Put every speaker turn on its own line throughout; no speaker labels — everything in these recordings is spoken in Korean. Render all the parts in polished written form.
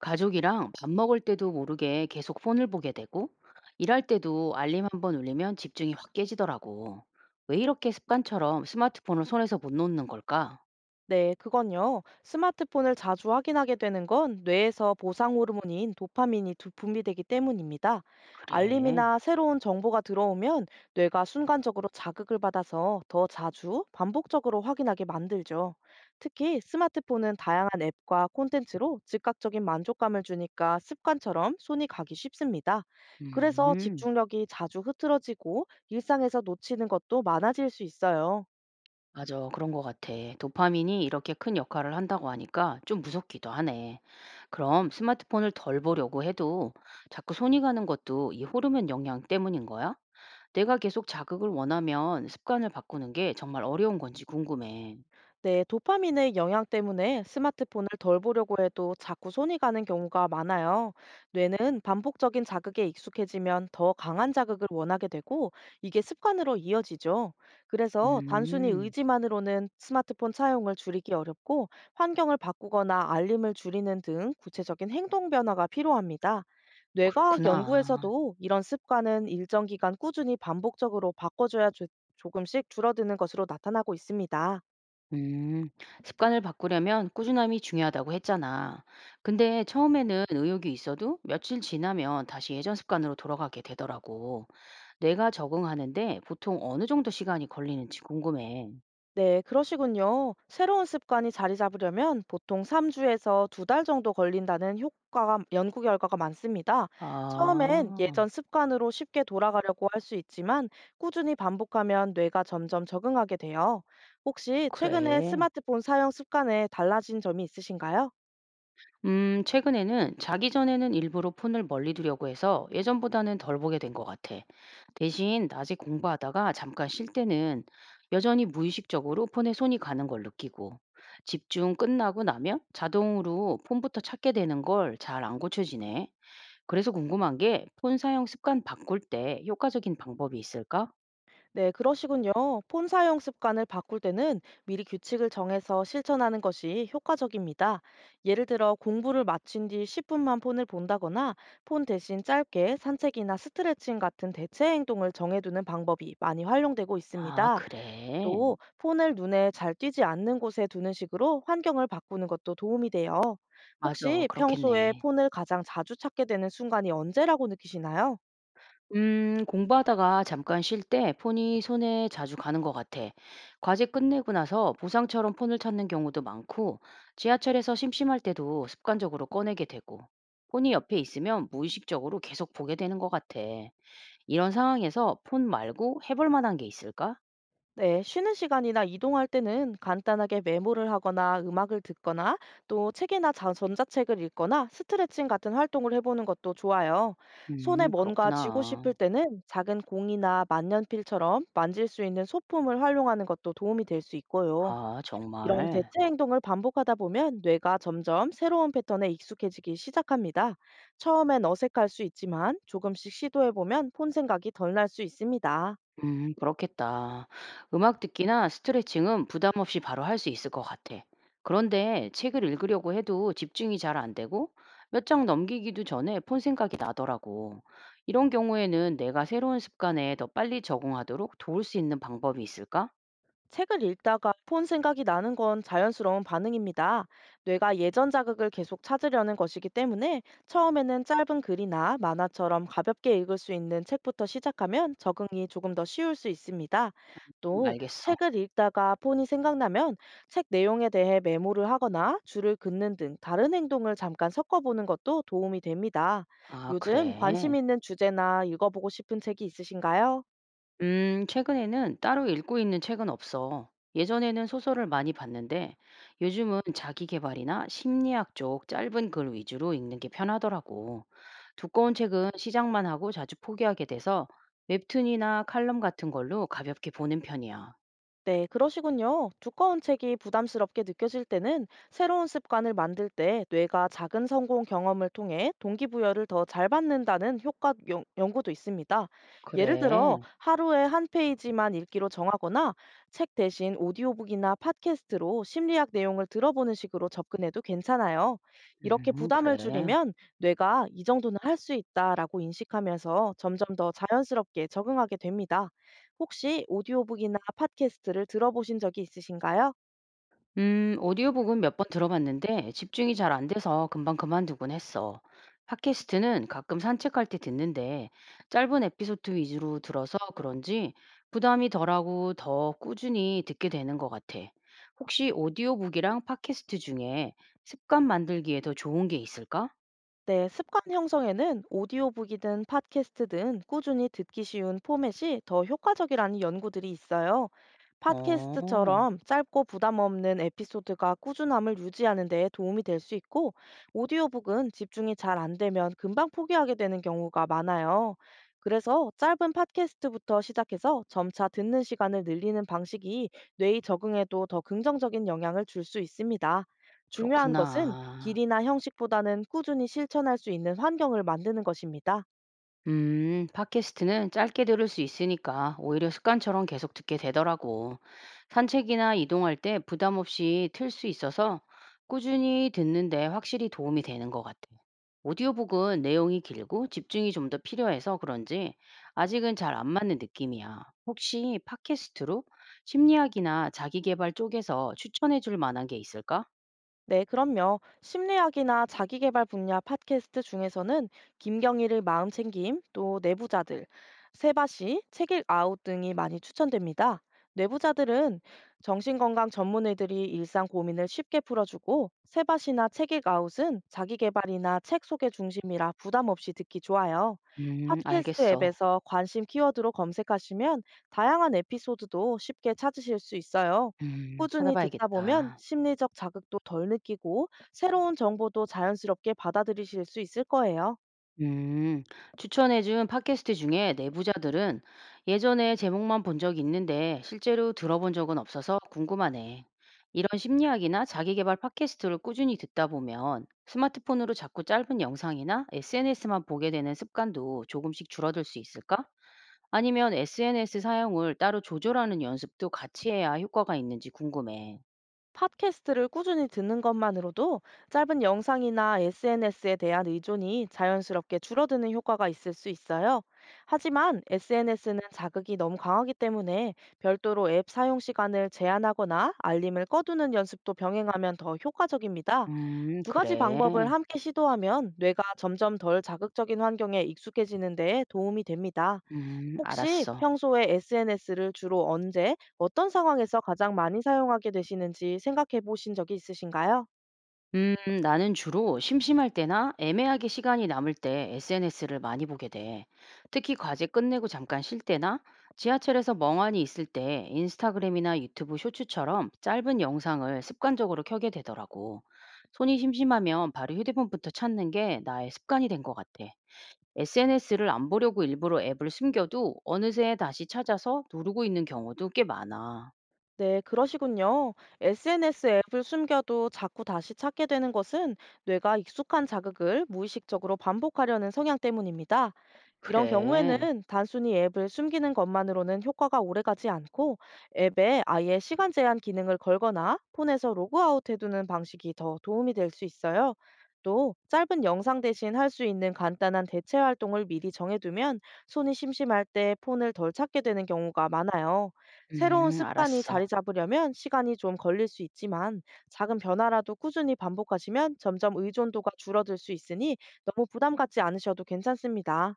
가족이랑 밥 먹을 때도 모르게 계속 폰을 보게 되고, 일할 때도 알림 한번 울리면 집중이 확 깨지더라고. 왜 이렇게 습관처럼 스마트폰을 손에서 못 놓는 걸까?
네, 그건요. 스마트폰을 자주 확인하게 되는 건 뇌에서 보상 호르몬인 도파민이 분비되기 때문입니다.
그래.
알림이나 새로운 정보가 들어오면 뇌가 순간적으로 자극을 받아서 더 자주 반복적으로 확인하게 만들죠. 특히 스마트폰은 다양한 앱과 콘텐츠로 즉각적인 만족감을 주니까 습관처럼 손이 가기 쉽습니다. 그래서
음,
집중력이 자주 흐트러지고 일상에서 놓치는 것도 많아질 수 있어요.
맞아. 그런 것 같아. 도파민이 이렇게 큰 역할을 한다고 하니까 좀 무섭기도 하네. 그럼 스마트폰을 덜 보려고 해도 자꾸 손이 가는 것도 이 호르몬 영향 때문인 거야? 내가 계속 자극을 원하면 습관을 바꾸는 게 정말 어려운 건지 궁금해.
네, 도파민의 영향 때문에 스마트폰을 덜 보려고 해도 자꾸 손이 가는 경우가 많아요. 뇌는 반복적인 자극에 익숙해지면 더 강한 자극을 원하게 되고 이게 습관으로 이어지죠. 그래서 단순히
음.
의지만으로는 스마트폰 사용을 줄이기 어렵고 환경을 바꾸거나 알림을 줄이는 등 구체적인 행동 변화가 필요합니다. 뇌과학
그렇구나.
연구에서도 이런 습관은 일정 기간 꾸준히 반복적으로 바꿔줘야 조금씩 줄어드는 것으로 나타나고 있습니다.
음. 습관을 바꾸려면 꾸준함이 중요하다고 했잖아. 근데 처음에는 의욕이 있어도 며칠 지나면 다시 예전 습관으로 돌아가게 되더라고. 뇌가 적응하는데 보통 어느 정도 시간이 걸리는지 궁금해.
네, 그러시군요. 새로운 습관이 자리 잡으려면 보통 3주에서 2달 정도 걸린다는 효과가, 연구 결과가 많습니다. 처음엔
아,
예전 습관으로 쉽게 돌아가려고 할 수 있지만 꾸준히 반복하면 뇌가 점점 적응하게 돼요. 혹시 최근에
그래.
스마트폰 사용 습관에 달라진 점이 있으신가요?
최근에는 자기 전에는 일부러 폰을 멀리 두려고 해서 예전보다는 덜 보게 된 것 같아. 대신 낮에 공부하다가 잠깐 쉴 때는 여전히 무의식적으로 폰에 손이 가는 걸 느끼고 집중 끝나고 나면 자동으로 폰부터 찾게 되는 걸 잘 안 고쳐지네. 그래서 궁금한 게 폰 사용 습관 바꿀 때 효과적인 방법이 있을까?
네, 그러시군요. 폰 사용 습관을 바꿀 때는 미리 규칙을 정해서 실천하는 것이 효과적입니다. 예를 들어 공부를 마친 뒤 10분만 폰을 본다거나 폰 대신 짧게 산책이나 스트레칭 같은 대체 행동을 정해두는 방법이 많이 활용되고
아,
있습니다.
그래.
또 폰을 눈에 잘 띄지 않는 곳에 두는 식으로 환경을 바꾸는 것도 도움이 돼요.
맞아.
혹시 평소에
그렇겠네.
폰을 가장 자주 찾게 되는 순간이 언제라고 느끼시나요?
공부하다가 잠깐 쉴 때 폰이 손에 자주 가는 것 같아. 과제 끝내고 나서 보상처럼 폰을 찾는 경우도 많고, 지하철에서 심심할 때도 습관적으로 꺼내게 되고, 폰이 옆에 있으면 무의식적으로 계속 보게 되는 것 같아. 이런 상황에서 폰 말고 해볼 만한 게 있을까?
네, 쉬는 시간이나 이동할 때는 간단하게 메모를 하거나 음악을 듣거나 또 전자책을 읽거나 스트레칭 같은 활동을 해보는 것도 좋아요. 손에 뭔가 쥐고 싶을
그렇구나.
때는 작은 공이나 만년필처럼 만질 수 있는 소품을 활용하는 것도 도움이 될 수 있고요.
아,
이런 대체
정말.
행동을 반복하다 보면 뇌가 점점 새로운 패턴에 익숙해지기 시작합니다. 처음엔 어색할 수 있지만 조금씩 시도해보면 폰 생각이 덜 날 수 있습니다.
그렇겠다. 음악 듣기나 스트레칭은 부담 없이 바로 할 수 있을 것 같아. 그런데 책을 읽으려고 해도 집중이 잘 안 되고 몇 장 넘기기도 전에 폰 생각이 나더라고. 이런 경우에는 내가 새로운 습관에 더 빨리 적응하도록 도울 수 있는 방법이 있을까?
책을 읽다가 폰 생각이 나는 건 자연스러운 반응입니다. 뇌가 예전 자극을 계속 찾으려는 것이기 때문에 처음에는 짧은 글이나 만화처럼 가볍게 읽을 수 있는 책부터 시작하면 적응이 조금 더 쉬울 수 있습니다. 또
알겠어.
책을 읽다가 폰이 생각나면 책 내용에 대해 메모를 하거나 줄을 긋는 등 다른 행동을 잠깐 섞어보는 것도 도움이 됩니다.
아,
요즘 관심
그래.
있는 주제나 읽어보고 싶은 책이 있으신가요?
최근에는 따로 읽고 있는 책은 없어. 예전에는 소설을 많이 봤는데 요즘은 자기계발이나 심리학 쪽 짧은 글 위주로 읽는 게 편하더라고. 두꺼운 책은 시작만 하고 자주 포기하게 돼서 웹툰이나 칼럼 같은 걸로 가볍게 보는 편이야.
네, 그러시군요. 두꺼운 책이 부담스럽게 느껴질 때는 새로운 습관을 만들 때 뇌가 작은 성공 경험을 통해 동기부여를 더 잘 받는다는 효과 연구도 있습니다. 예를 들어
그래.
하루에 한 페이지만 읽기로 정하거나 책 대신 오디오북이나 팟캐스트로 심리학 내용을 들어보는 식으로 접근해도 괜찮아요. 이렇게 부담을
그래.
줄이면 뇌가 이 정도는 할 수 있다라고 인식하면서 점점 더 자연스럽게 적응하게 됩니다. 혹시 오디오북이나 팟캐스트를 들어보신 적이 있으신가요?
오디오북은 몇 번 들어봤는데 집중이 잘 안 돼서 금방 그만두곤 했어. 팟캐스트는 가끔 산책할 때 듣는데 짧은 에피소드 위주로 들어서 그런지 부담이 덜하고 더 꾸준히 듣게 되는 것 같아. 혹시 오디오북이랑 팟캐스트 중에 습관 만들기에 더 좋은 게 있을까?
네, 습관 형성에는 오디오북이든 팟캐스트 등 꾸준히 듣기 쉬운 포맷이 더 효과적이라는 연구들이 있어요.
어,
팟캐스트처럼 짧고 부담 없는 에피소드가 꾸준함을 유지하는 데 도움이 될 수 있고, 오디오북은 집중이 잘 안 되면 금방 포기하게 되는 경우가 많아요. 그래서 짧은 팟캐스트부터 시작해서 점차 듣는 시간을 늘리는 방식이 뇌의 적응에도 더 긍정적인 영향을 줄 수 있습니다. 중요한 것은
그렇구나.
길이나 형식보다는 꾸준히 실천할 수 있는 환경을 만드는 것입니다.
팟캐스트는 짧게 들을 수 있으니까 오히려 습관처럼 계속 듣게 되더라고. 산책이나 이동할 때 부담 없이 틀 수 있어서 꾸준히 듣는데 확실히 도움이 되는 것 같아. 오디오북은 내용이 길고 집중이 좀 더 필요해서 그런지 아직은 잘 안 맞는 느낌이야. 혹시 팟캐스트로 심리학이나 자기계발 쪽에서 추천해 줄 만한 게 있을까?
네, 그럼요. 심리학이나 자기계발 분야 팟캐스트 중에서는 김경일의 마음챙김, 또 내부자들, 세바시, 책읽 아웃 등이 많이 추천됩니다. 내부자들은 정신건강 전문의들이 일상 고민을 쉽게 풀어주고, 세바시나 책읽 아웃은 자기계발이나 책 소개 중심이라 부담 없이 듣기 좋아요. 팟캐스트
알겠어.
앱에서 관심 키워드로 검색하시면 다양한 에피소드도 쉽게 찾으실 수 있어요. 꾸준히 듣다 보면
찾아봐야겠다.
심리적 자극도 덜 느끼고 새로운 정보도 자연스럽게 받아들이실 수 있을 거예요.
음, 추천해준 팟캐스트 중에 내부자들은 예전에 제목만 본 적이 있는데 실제로 들어본 적은 없어서 궁금하네. 이런 심리학이나 자기계발 팟캐스트를 꾸준히 듣다 보면 스마트폰으로 자꾸 짧은 영상이나 SNS만 보게 되는 습관도 조금씩 줄어들 수 있을까? 아니면 SNS 사용을 따로 조절하는 연습도 같이 해야 효과가 있는지 궁금해.
팟캐스트를 꾸준히 듣는 것만으로도 짧은 영상이나 SNS에 대한 의존이 자연스럽게 줄어드는 효과가 있을 수 있어요. 하지만 SNS는 자극이 너무 강하기 때문에 별도로 앱 사용 시간을 제한하거나 알림을 꺼두는 연습도 병행하면 더 효과적입니다. 두 가지 방법을
그래.
함께 시도하면 뇌가 점점 덜 자극적인 환경에 익숙해지는 데에 도움이 됩니다. 혹시
알았어.
평소에 SNS를 주로 언제, 어떤 상황에서 가장 많이 사용하게 되시는지 생각해 보신 적이 있으신가요?
음, 나는 주로 심심할 때나 애매하게 시간이 남을 때 SNS를 많이 보게 돼. 특히 과제 끝내고 잠깐 쉴 때나 지하철에서 멍하니 있을 때 인스타그램이나 유튜브 쇼츠처럼 짧은 영상을 습관적으로 켜게 되더라고. 손이 심심하면 바로 휴대폰부터 찾는 게 나의 습관이 된 것 같아. SNS를 안 보려고 일부러 앱을 숨겨도 어느새 다시 찾아서 누르고 있는 경우도 꽤 많아.
네, 그러시군요. SNS 앱을 숨겨도 자꾸 다시 찾게 되는 것은 뇌가 익숙한 자극을 무의식적으로 반복하려는 성향 때문입니다. 이런
그래.
경우에는 단순히 앱을 숨기는 것만으로는 효과가 오래가지 않고 앱에 아예 시간 제한 기능을 걸거나 폰에서 로그아웃 해두는 방식이 더 도움이 될 수 있어요. 또 짧은 영상 대신 할 수 있는 간단한 대체 활동을 미리 정해두면 손이 심심할 때 폰을 덜 찾게 되는 경우가 많아요. 새로운 습관이 자리
알았어.
잡으려면 시간이 좀 걸릴 수 있지만 작은 변화라도 꾸준히 반복하시면 점점 의존도가 줄어들 수 있으니 너무 부담 갖지 않으셔도 괜찮습니다.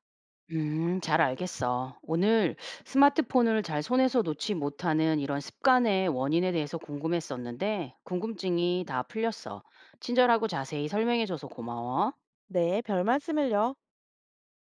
잘 알겠어. 오늘 스마트폰을 잘 손에서 놓지 못하는 이런 습관의 원인에 대해서 궁금했었는데, 궁금증이 다 풀렸어. 친절하고 자세히 설명해줘서 고마워.
네, 별 말씀을요.